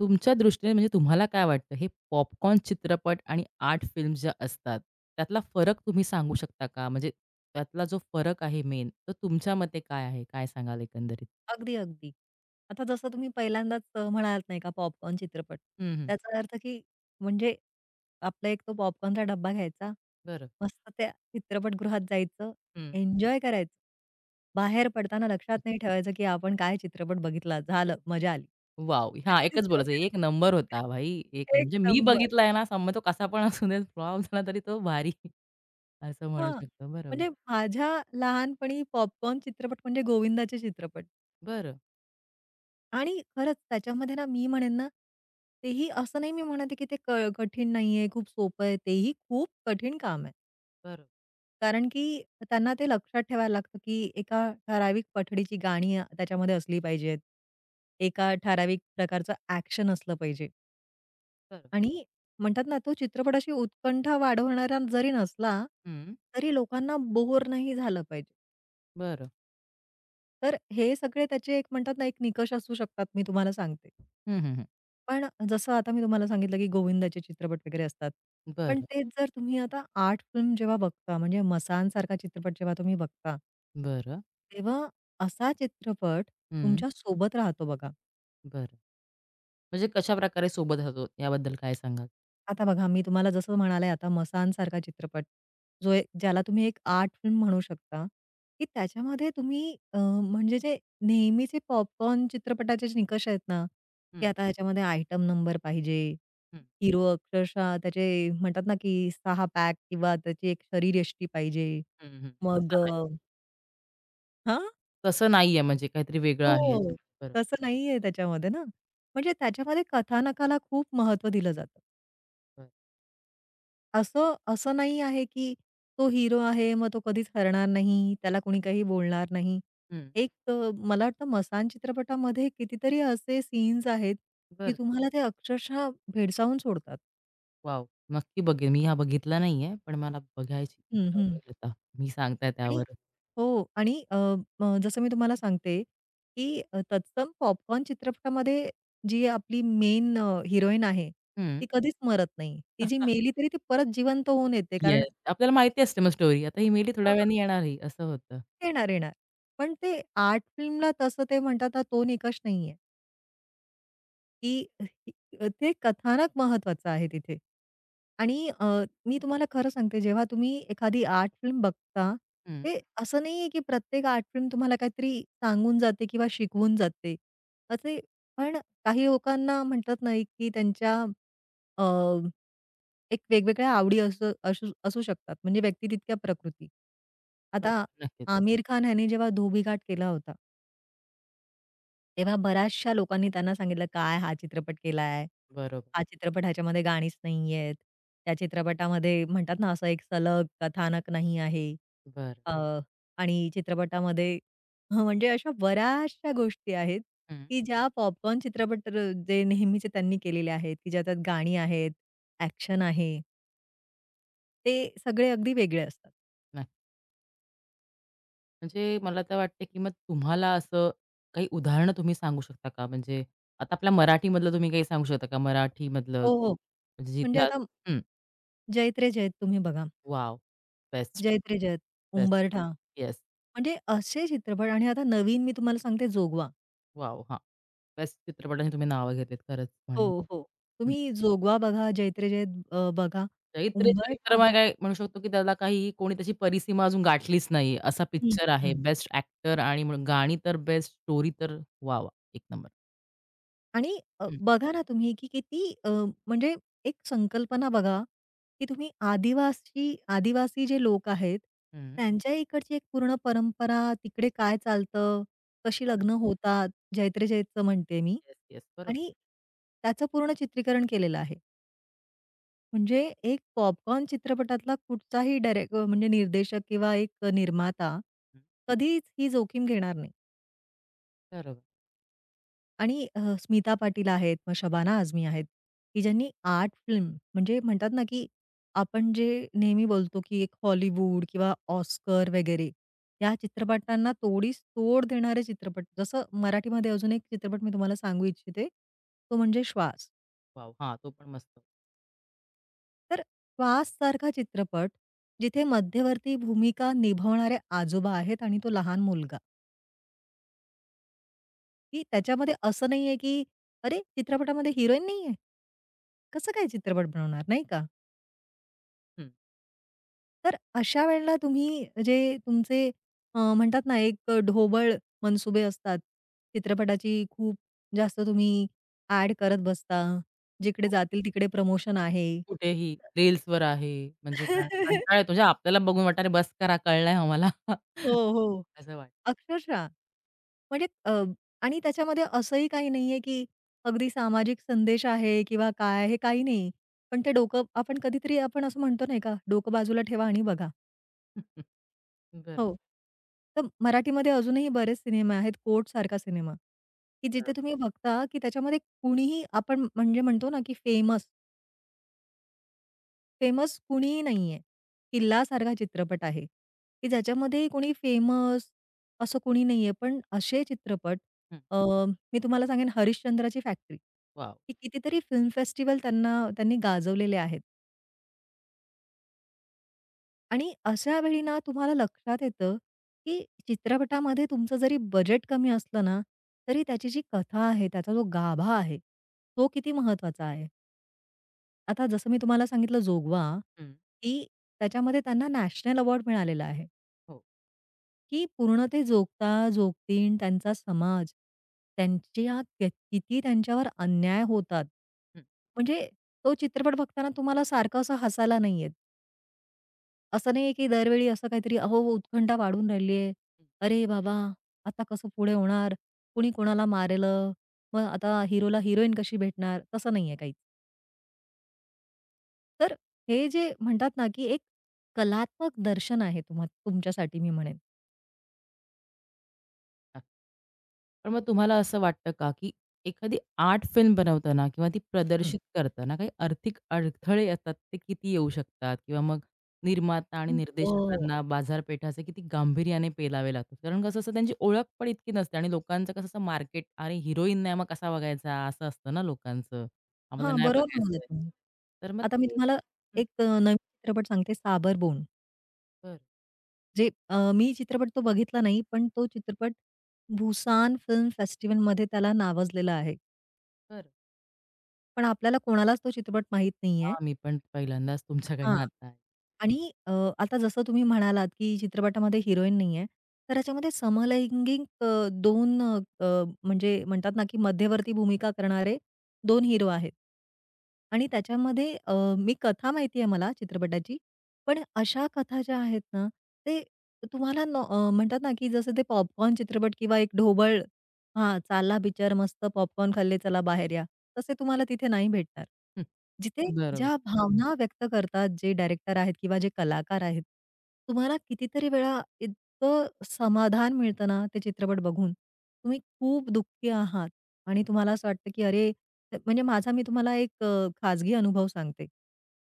तुमच्या दृष्टीने म्हणजे तुम्हाला काय वाटतं हे पॉपकॉर्न चित्रपट आणि आर्ट फिल्म्स ज्या असतात, त्यातला फरक तुम्ही सांगू शकता का? म्हणजे त्यातला जो फरक आहे मेन, तर तुमच्या मते काय आहे? काय सांगाल एकंदरीत? अगदी, अगदी. आता जसं तुम्ही पहिल्यांदाच म्हणालात नाही का पॉपकॉर्न चित्रपट. हं, हं. त्याचा अर्थ की म्हणजे आपला एक तो पॉपकॉर्नचा डब्बा घ्यायचा, बरं. मस्त त्या चित्रपटगृहात जायचं, हं. एन्जॉय करायचं. बाहेर पडताना लक्षात नाही ठेवायचं की आपण काय चित्रपट बघितला, झालं मजा आली. वॉव! हां, एकच बोलायचं. एक नंबर होता भाई. एक एक म्हणजे मी नंबर. बघितलाय ना, समज तो कसा पण असू दे, फ्लॉप झाला तरी तो भारी असं म्हणू हां. शकतो. बरोबर. म्हणजे माझ्या लहानपणी पॉपकॉर्न चित्रपट म्हणजे गोविंदाचे चित्रपट. बरं, आणि खरंच त्याच्यामध्ये ना मी म्हणेन ना, तेही असं नाही मी म्हणत आहे, की ते कठीण नाहीये, खूप सोपं आहे. तेही खूप कठीण काम आहे. बरं, कारण की त्यांना ते लक्षात ठेवायला लागतं, की एका ठराविक पठडीची गाणी त्याच्यामध्ये असली पाहिजेत. एका ठराविक प्रकारचं ॲक्शन असलं पाहिजे बरं. आणि म्हणतात ना, तो चित्रपट अशी उत्कंठा वाढवणारा जरी नसला, हं, तरी लोकांना बोर नाही झालं पाहिजे. बरं. तर हे सगळे त्याचे एक म्हणतात ना, एक निकष असू शकतात, मी तुम्हाला सांगते. हं, हं, हं. पण जसं आता मी तुम्हाला सांगितलं, की गोविंदाचे चित्रपट वगैरे असतात. पण बरं, तेच जर तुम्ही आता आर्ट फिल्म जेव्हा बघता, म्हणजे मसानसारखा चित्रपट जेव्हा तुम्ही बघता बरं. तेव्हा असा चित्रपट हं. तुमच्या सोबत राहतो बघा. बरं. म्हणजे कशाप्रकारे सोबत राहतो याबद्दल काय सांगाल? आता बघा, मी तुम्हाला जसं म्हणाले आता मसानसारखा चित्रपट, जो एक ज्याला तुम्ही एक आर्ट फिल्म म्हणू शकता, की त्याच्यामध्ये तुम्ही म्हणजे जे नेहमीचे पॉपकॉर्न चित्रपटाचे जे निकष आहेत ना, की हं, आता ह्याच्यामध्ये आयटम नंबर पाहिजे, हं, हिरो अक्षरशः त्याचे म्हणतात ना, की 6 पॅक किंवा त्याची एक शरीरयष्टी पाहिजे. हं, हं. मग तसं नाही. हां, तसं नाहीये म्हणजे काहीतरी वेगळं हो. आहे याच्यात. बरोबर, तसं नाहीये त्याच्यामध्ये ना. म्हणजे त्याच्यामध्ये कथानकाला खूप महत्त्व दिलं जातं. बरं. असं असं नाही आहे, की तो हिरो आहे, मग तो कधीच हरणार नाही, त्याला कोणी काही बोलणार नाही. हं, एक मला वाटतं मसान चित्रपटामध्ये कितीतरी असे सीन्स आहेत, की बरं. तुम्हाला ते अक्षरशः भेडसावून सोडतात. वॉव! नक्की बघेन. मी हा बघितला नाहीये, पण मला बघायची हं, इच्छा हं. होईल आता. तुम्ही सांगताय आणि त्यावरून. हो आणि अ, अ, जसं मी तुम्हाला सांगते, की तत्सम पॉपकॉर्न चित्रपटामध्ये जी आपली मेन हिरोईन आहे, हं. ती कधीच मरत नाही. ती जी मेली तरी ती परत जिवंत होऊन येते कारण येस. आपल्याला माहिती असते मग स्टोरी. आता ही मेली थोड्या वेळाने येणार ही असं होतं. येणार, येणार. पण ते आर्ट फिल्मला तसं ते म्हणतात ना, तो निकष नाहीये. की ते कथानक महत्वाचं आहे तिथे. आणि मी तुम्हाला खरं सांगते जेव्हा तुम्ही एखादी आर्ट फिल्म बघता, हं. ते असं नाहीये की प्रत्येक आर्ट फिल्म तुम्हाला काहीतरी सांगून जाते किंवा शिकवून जाते. असे पण काही लोकांना म्हणतात ना, की त्यांच्या अ, एक वेगवेगळ्या आवडी असू असू असू शकतात. म्हणजे व्यक्ती तितक्या प्रकृती. आता बरोबर, नक्कीच. आमिर खान ह्याने जेव्हा धोबीघाट केला होता तेव्हा बऱ्याचशा लोकांनी त्यांना सांगितलं, "काय हा चित्रपट केलाय? बरोबर. हा चित्रपट ह्याच्यामध्ये गाणीच नाहीयेत. त्या चित्रपटामध्ये म्हणतात ना असं एक सलग कथानक नाही आहे." बरं. अ, आणि चित्रपटामध्ये हं, म्हणजे अशा बऱ्याचशा गोष्टी आहेत, हं. की ज्या पॉपकॉर्न चित्रपट र जे नेहमीचे त्यांनी केलेले आहेत, की ज्याच्यात गाणी आहेत, ॲक्शन आहे, ते सगळे अगदी वेगळे असतात. नक्की. म्हणजे मला तर वाटते, की मग तुम्हाला असं काही उदाहरणं तुम्ही सांगू शकता का? म्हणजे आता आपल्या मराठीमधलं तुम्ही काही सांगू शकता का? मराठीमधलं हो, हो. म्हणजे जिथे म्हणजे आज आता हं. जयत रे जयत तुम्ही बघा. Wow! Best. Jait Re Jait, best. Umbartha. Yes. म्हणजे असे चित्रपट आणि आता नवीन मी तुम्हाला सांगते जोगवा. वाव हां. बेस्ट चित्रपटांची तुम्ही नावं घेतलीत खरंच म्हणेन. हो, हो. हं. तुम्ही जोगवा बघा, जैत्रे जैत बघा, चैत्र, चैत्र उंबरठा. मग काय म्हणू शकतो, की त्याला काही कोणी त्याची परिसीमा अजून गाठलीच नाही. असा हं, पिक्चर आहे. हं. बेस्ट ॲक्टर आणि म्हणून गाणी तर बेस्ट, स्टोरी तर वाह! वाह! एक नंबर. आणि हं. बघा ना तुम्ही की किती म्हणजे एक संकल्पना बघा, की तुम्ही आदिवासी आदिवासी जे लोक आहेत, हं. त्यांच्या इकडची एक पूर्ण परंपरा, तिकडे काय चालतं, कशी हो ना. लग्न होतात, जैत्रे जैतचं म्हणते मी येस, येस. बरोबर. आणि त्याचं पूर्ण चित्रीकरण केलेलं आहे. म्हणजे एक पॉपकॉर्न चित्रपटातला कुठचाही डायरेक्ट म्हणजे निर्देशक किंवा एक निर्माता हं. कधीच ही जोखीम घेणार नाही. बरोबर. आणि स्मिता पाटील आहेत, मग शबाना आझमी आहेत, की ज्यांनी आर्ट फिल्म म्हणजे म्हणतात ना, की आपण जे नेहमी बोलतो, की एक हॉलिवूड किंवा ऑस्कर वगैरे या चित्रपटांना तोडीस तोड देणारे चित्रपट. जसं मराठीमध्ये अजून एक चित्रपट मी तुम्हाला सांगू इच्छिते, तो म्हणजे श्वास. वाव हां, तो पण मस्त. तर "वास" सारखा चित्रपट, जिथे मध्यवर्ती भूमिका निभावणारे आजोबा आहेत आणि तो लहान मुलगा, की तर त्याच्यामध्ये असं नाहीये, की "अरे, चित्रपटामध्ये हिरोईन नाहीये, कसं काय चित्रपट बनवणार?" नाही का? हं. तर अशा वेळेला तुम्ही जे तुमचे म्हणतात ना, एक ढोबळ मनसुबे असतात, चित्रपटाची खूप जास्त तुम्ही ॲड करत बसता, जिकडे हो. जातील तिकडे प्रमोशन आहे. कुठेही रील्सवर आहे म्हणजे काय कंटाळा येतो म्हणजे आपल्याला बघून वाटतं अरे बस करा, कळलंय आम्हाला हो, हो. असं वाटतं. अक्षरशः. म्हणजे आणि त्याच्यामध्ये असंही काही नाहीये, की अगदी सामाजिक संदेश आहे किंवा काय, हे काही नाही. पण ते डोकं आपण कधीतरी आपण असं म्हणतो नाही का, "डोकं बाजूला ठेवा आणि बघा." बरोबर. हो. तर मराठीमध्ये अजूनही बरेच सिनेमे आहेत, कोर्ट सारखा सिनेमा, की बरोबर. जिथे तुम्ही बघता, की त्याच्यामध्ये कुणीही आपण म्हणजे म्हणतो ना, की फेमस फेमस कुणीही नाहीये. किल्लासारखा चित्रपट आहे, की ज्याच्यामध्ये कोणी फेमस असं कोणी नाहीये. पण असे चित्रपट हं. अ, मी तुम्हाला सांगेन हरिश्चंद्राची फॅक्टरी, वॉव! की कितीतरी फिल्म फेस्टिव्हल त्यांनी गाजवलेले आहेत. आणि अशा वेळी ना तुम्हाला लक्षात येतं, की चित्रपटामध्ये तुमचं जरी बजेट कमी असलं ना, तरी त्याची जी कथा आहे, त्याचा जो गाभा आहे, तो किती महत्वाचा आहे. आता जसं मी तुम्हाला सांगितलं जोगवा, हं. की त्याच्यामध्ये त्यांना नॅशनल अवॉर्ड मिळालेला आहे, हो. की पूर्ण ते जोगता जोगतीन, त्यांचा समाज, त्यांच्या क किती त्यांच्यावर अन्याय होतात. हं. म्हणजे तो चित्रपट बघताना तुम्हाला सारखं असं हसायला नाही येत. असं नाहीये की दरवेळी असं काहीतरी अहो, उत्कंठा वाढून राहिली आहे. अरे बाबा! आता कसं पुढे होणार? कुणी कोणाला मारेलं? मग आता हिरोला हिरोईन कशी भेटणार? तसं नाहीये काहीच. तर हे जे म्हणतात ना, की एक कलात्मक दर्शन आहे तुमच्यासाठी मी म्हणेन. नक्की. पण मग तुम्हाला असं वाटतं का, की एखादी आर्ट फिल्म बनवताना किंवा ती हं. प्रदर्शित करताना काही आर्थिक अडथळे असतात, ते किती येऊ शकतात? किंवा मग निर्माता आणि हं. हो. निर्देशकांना बाजारपेठाचे किती गांभीर्याने पेलावे लागतात? कारण कसं असतं त्यांची ओळख पण इतकी नसते आणि लोकांचं कसं असतं मार्केट, "अरे हिरोईन नाही मग कसा बघायचा?" असं असतं ना लोकांचं. "आम्हाला हां, नाही बरोबर म्हणालात बघायचंय." तुम्ही. तर मग आता मी ते तुम्हाला हं, एक नवीन चित्रपट सांगते, 'साबरबोन.' बरं, जे मी चित्रपट तो बघितला नाही, पण तो चित्रपट बुसान फिल्म फेस्टिव्हलमध्ये त्याला नावाजलेला आहे. बरं. पण आपल्याला कोणालाच तो चित्रपट माहीत नाहीये. हां, मी पण पहिल्यांदाच हां. तुमच्याकडनं आता आहे. आणि आता जसं तुम्ही म्हणालात, की चित्रपटामध्ये हिरोईन नाहीये, तर ह्याच्यामध्ये समलैंगिक 2 अ, अ, म्हणजे म्हणतात ना, की मध्यवर्ती भूमिका करणारे 2 हिरो आहेत. आणि त्याच्यामध्ये मी कथा माहिती आहे मला चित्रपटाची. पण अशा कथा ज्या आहेत ना, ते म्हणतात ना, की जसं ते पॉपकॉर्न चित्रपट किंवा एक ढोबळ हां, चालला पिक्चर मस्त पॉपकॉर्न खाल्ले, चला बाहेर या. तसे तुम्हाला तिथे नाही भेटणार. जिथे हं, बरोबर. ज्या भावना व्यक्त करतात जे डायरेक्टर आहेत किंवा जे कलाकार आहेत, तुम्हाला कितीतरी वेळा इतकं समाधान मिळतं ना, ते चित्रपट बघून. तुम्ही खूप दुःखी आहात आणि तुम्हाला असं वाटतं, की अरे म्हणजे मी तुम्हाला एक खाजगी अनुभव सांगते,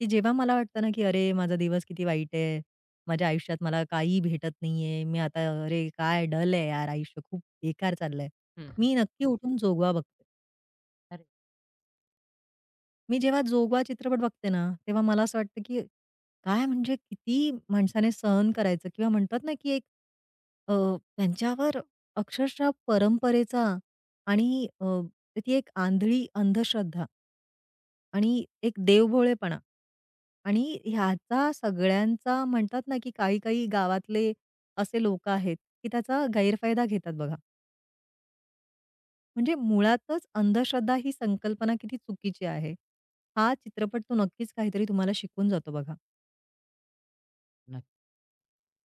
की जेव्हा मला वाटतं ना, की अरे माझा दिवस किती वाईट आहे. माझ्या आयुष्यात मला काही भेटत नाहीये. मी आता अरे काय डल आहे यार आयुष्य खूप बेकार चाललंय. हं, मी नक्की उठून जोगवा बघते. हं. मी जेव्हा जोगवा चित्रपट बघते ना, तेव्हा मला असं वाटतं, की काय म्हणजे किती माणसाने सहन करायचं किंवा म्हणतात ना, की एक अ, त्यांच्यावर अक्षरशः परंपरेचा आणि ती एक आंधळी अंधश्रद्धा आणि एक देवभोळेपणा आणि ह्याचा सगळ्यांचा म्हणतात ना, की काही-काही गावातले असे लोकं आहेत, की त्याचा गैरफायदा घेतात बघा. म्हणजे मुळातच अंधश्रद्धा ही संकल्पना किती चुकीची आहे. हा चित्रपट तो नक्कीच काहीतरी तुम्हाला शिकवून जातो बघा. नक्की.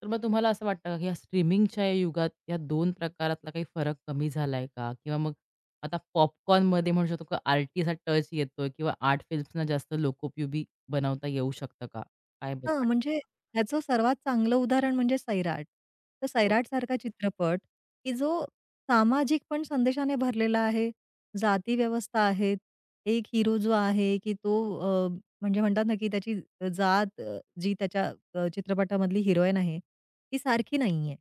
तर मग तुम्हाला असं वाटतं का, की या स्ट्रीमिंगच्या या युगात या 2 प्रकारातला काही फरक कमी झालाय का? किंवा मग आता पॉपकॉर्नमध्ये म्हणू शकतो का आर्टीचा टच येतोय किंवा आर्ट फिल्म्सना जास्त लोकोपयोगी बनवता येऊ शकतं का? काय हां, वाटतं? म्हणजे ह्याचं सर्वात चांगलं उदाहरण म्हणजे सैराट. तर हो, सैराटसारखा चित्रपट, की जो सामाजिक पण संदेशाने भरलेला आहे. जाती व्यवस्था आहेत. एक हिरो जो आहे, की तो अ, म्हणजे म्हणतात ना, की त्याची जात जी त्याच्या चित्रपटामधली हिरोईन आहे, ती सारखी नाहीये.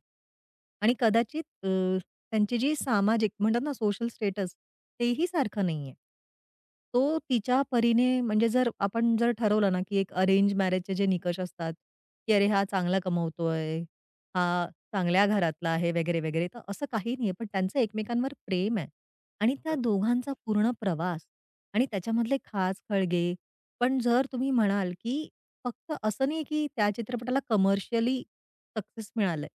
आणि कदाचित त्यांची जी सामाजिक म्हणतात ना सोशल स्टेटस तेही सारखं नाहीये. तो तिच्या परीने म्हणजे जर आपण जर ठरवलं ना, की एक अरेंज मॅरेजचे जे निकष असतात, की अरे हा चांगला कमवतोय, हा चांगल्या घरातला आहे वगैरे, वगैरे. तर असं काही नाहीये, पण त्यांचं एकमेकांवर प्रेम आहे आणि त्या बरं, दोघांचा पूर्ण प्रवास आणि त्याच्यामधले खाच-खळगे. पण जर तुम्ही म्हणाल, की फक्त असं नाही, की त्या चित्रपटाला कमर्शियली सक्सेस मिळालंय.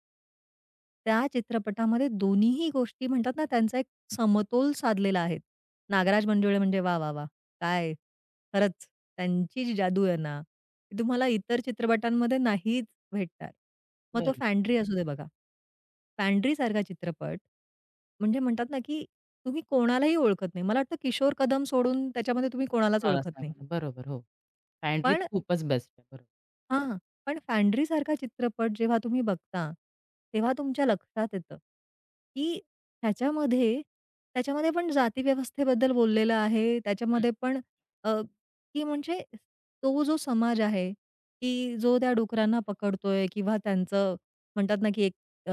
त्या चित्रपटामध्ये दोन्हीही गोष्टी म्हणतात ना, त्यांचा एक समतोल साधलेला आहे. नागराज मंजुळे म्हणजे वा, वा, वा, काय खरंच त्यांची जी जादू आहे ना, ती तुम्हाला इतर चित्रपटांमध्ये नाहीच भेटणार. मग तो बरं. फॅन्ड्री असू दे बघा. फॅन्ड्रीसारखा चित्रपट म्हणजे म्हणतात ना, की तुम्ही कोणालाही ओळखत नाही. मला वाटतं किशोर कदम सोडून त्याच्यामध्ये तुम्ही कोणालाच कोणाला ओळखत नाही. सांगणार. बरोबर, हो. पॅन्ट्री पण तर खूपच बेस्ट आहे. बरोबर. हां. पण फॅन्ड्रीसारखा चित्रपट जेव्हा तुम्ही बघता, तेव्हा तुमच्या लक्षात येतं, की ह्याच्यामध्ये त्याच्यामध्ये पण जातीव्यवस्थेबद्दल बोललेलं आहे. हं. त्याच्यामध्ये पण अ, की म्हणजे तो जो समाज आहे, की जो त्या डुकरांना पकडतोय किंवा त्यांचं म्हणतात ना, की एक अ,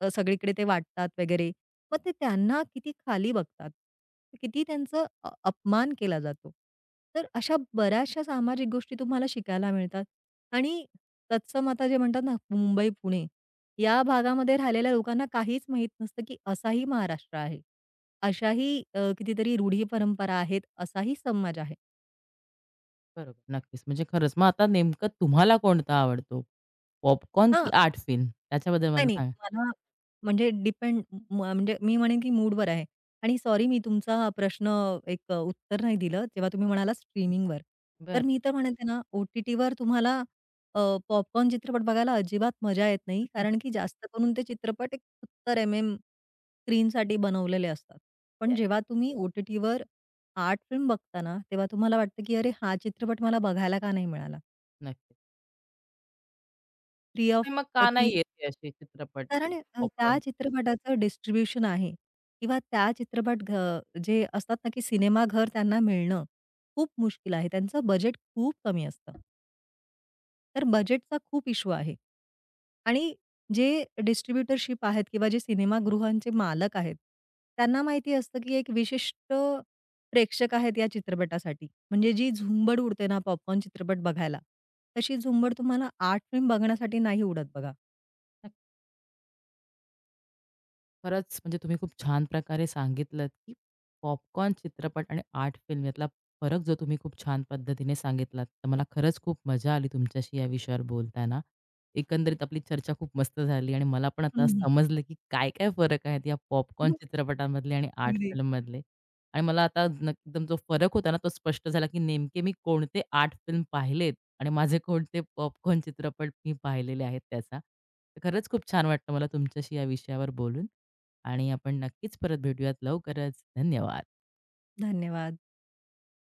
अ, सगळीकडे ते वाटतात वगैरे. मग ते त्यांना किती खाली बघतात. किती त्यांचा अपमान केला जातो. तर अशा बऱ्याचशा सामाजिक गोष्टी तुम्हाला शिकायला मिळतात. आणि तत्सम आता जे म्हणतात ना, मुंबई-पुणे या भागामध्ये राहिलेल्या लोकांना काहीच माहीत नसतं, की असाही महाराष्ट्र आहे. अशाही कितीतरी रूढी परंपरा आहेत, असाही समाज आहे. बरोबर. नक्कीच. म्हणजे खरंच. मग आता नेमकं तुम्हाला कोणता आवडतो? पॉपकॉर्न की हां, आर्ट फिल्म? त्याच्याबद्दल नाही, मला नाही. सांगा. मला म्हणजे डिपेंड म म्हणजे मी म्हणेन की मूडवर आहे. आणि सॉरी मी तुमचा प्रश्न एक उत्तर नाही दिलं जेव्हा तुम्ही म्हणालात स्ट्रीमिंगवर. बरं. तर येस. मी तर म्हणते ना, ओ-टी-टीवर तुम्हाला अ, पॉपकॉर्न चित्रपट बघायला अजिबात मजा येत नाही. कारण की जास्त करून ते चित्रपट एक 70 एम-एम स्क्रीनसाठी बनवलेले असतात. पण जेव्हा तुम्ही ओ-टी-टीवर आर्ट फिल्म बघता ना, तेव्हा तुम्हाला वाटतं की अरे हा चित्रपट मला बघायला का नाही मिळाला? नक्की. थ्री ऑफ आणि मग का नाही थ्री येत हे असे चित्रपट कारण त्या पॉपकॉर्न? चित्रपटाचं डिस्ट्रिब्युशन आहे किंवा त्या चित्रपट घ जे असतात ना, की सिनेमाघर त्यांना मिळणं खूप मुश्किल आहे. त्यांचं बजेट खूप कमी असतं. तर बजेटचा खूप इश्यू आहे आणि जे डिस्ट्रिब्युटरशिप आहेत किंवा जे सिनेमागृहांचे मालक आहेत, त्यांना माहिती असतं, की एक विशिष्ट प्रेक्षक आहेत या चित्रपटासाठी. म्हणजे जी झुंबड उडते ना पॉपकॉर्न चित्रपट बघायला, तशी झुंबड तुम्हाला 8 फिल्म बघण्यासाठी नाही उडत बघा. खरंच म्हणजे तुम्ही खूप छान प्रकारे सांगितलंत, की पॉपकॉर्न चित्रपट आणि आर्ट फिल्म यातला फरक जो तुम्ही खूप छान पद्धतीने सांगितलात. तर मला खरंच खूप मजा आली तुमच्याशी या विषयावर बोलताना. एकंदरीत आपली चर्चा खूप मस्त झाली आणि मला पण आता हं, समजलं, की काय-काय फरक आहेत या पॉपकॉर्न चित्रपटामधले आणि आर्ट अगदी. फिल्ममधले. आणि मला आता एकदम जो फरक होता ना, तो स्पष्ट झाला, की नेमके मी कोणते आर्ट फिल्म पाहिलेत आणि माझे कोणते पॉपकॉर्न चित्रपट मी पाहिलेले आहेत त्याचा. तर खरंच खूप छान वाटलं मला तुमच्याशी या विषयावर बोलून. आणि आपण नक्कीच परत भेटूयात लवकरच. धन्यवाद. धन्यवाद.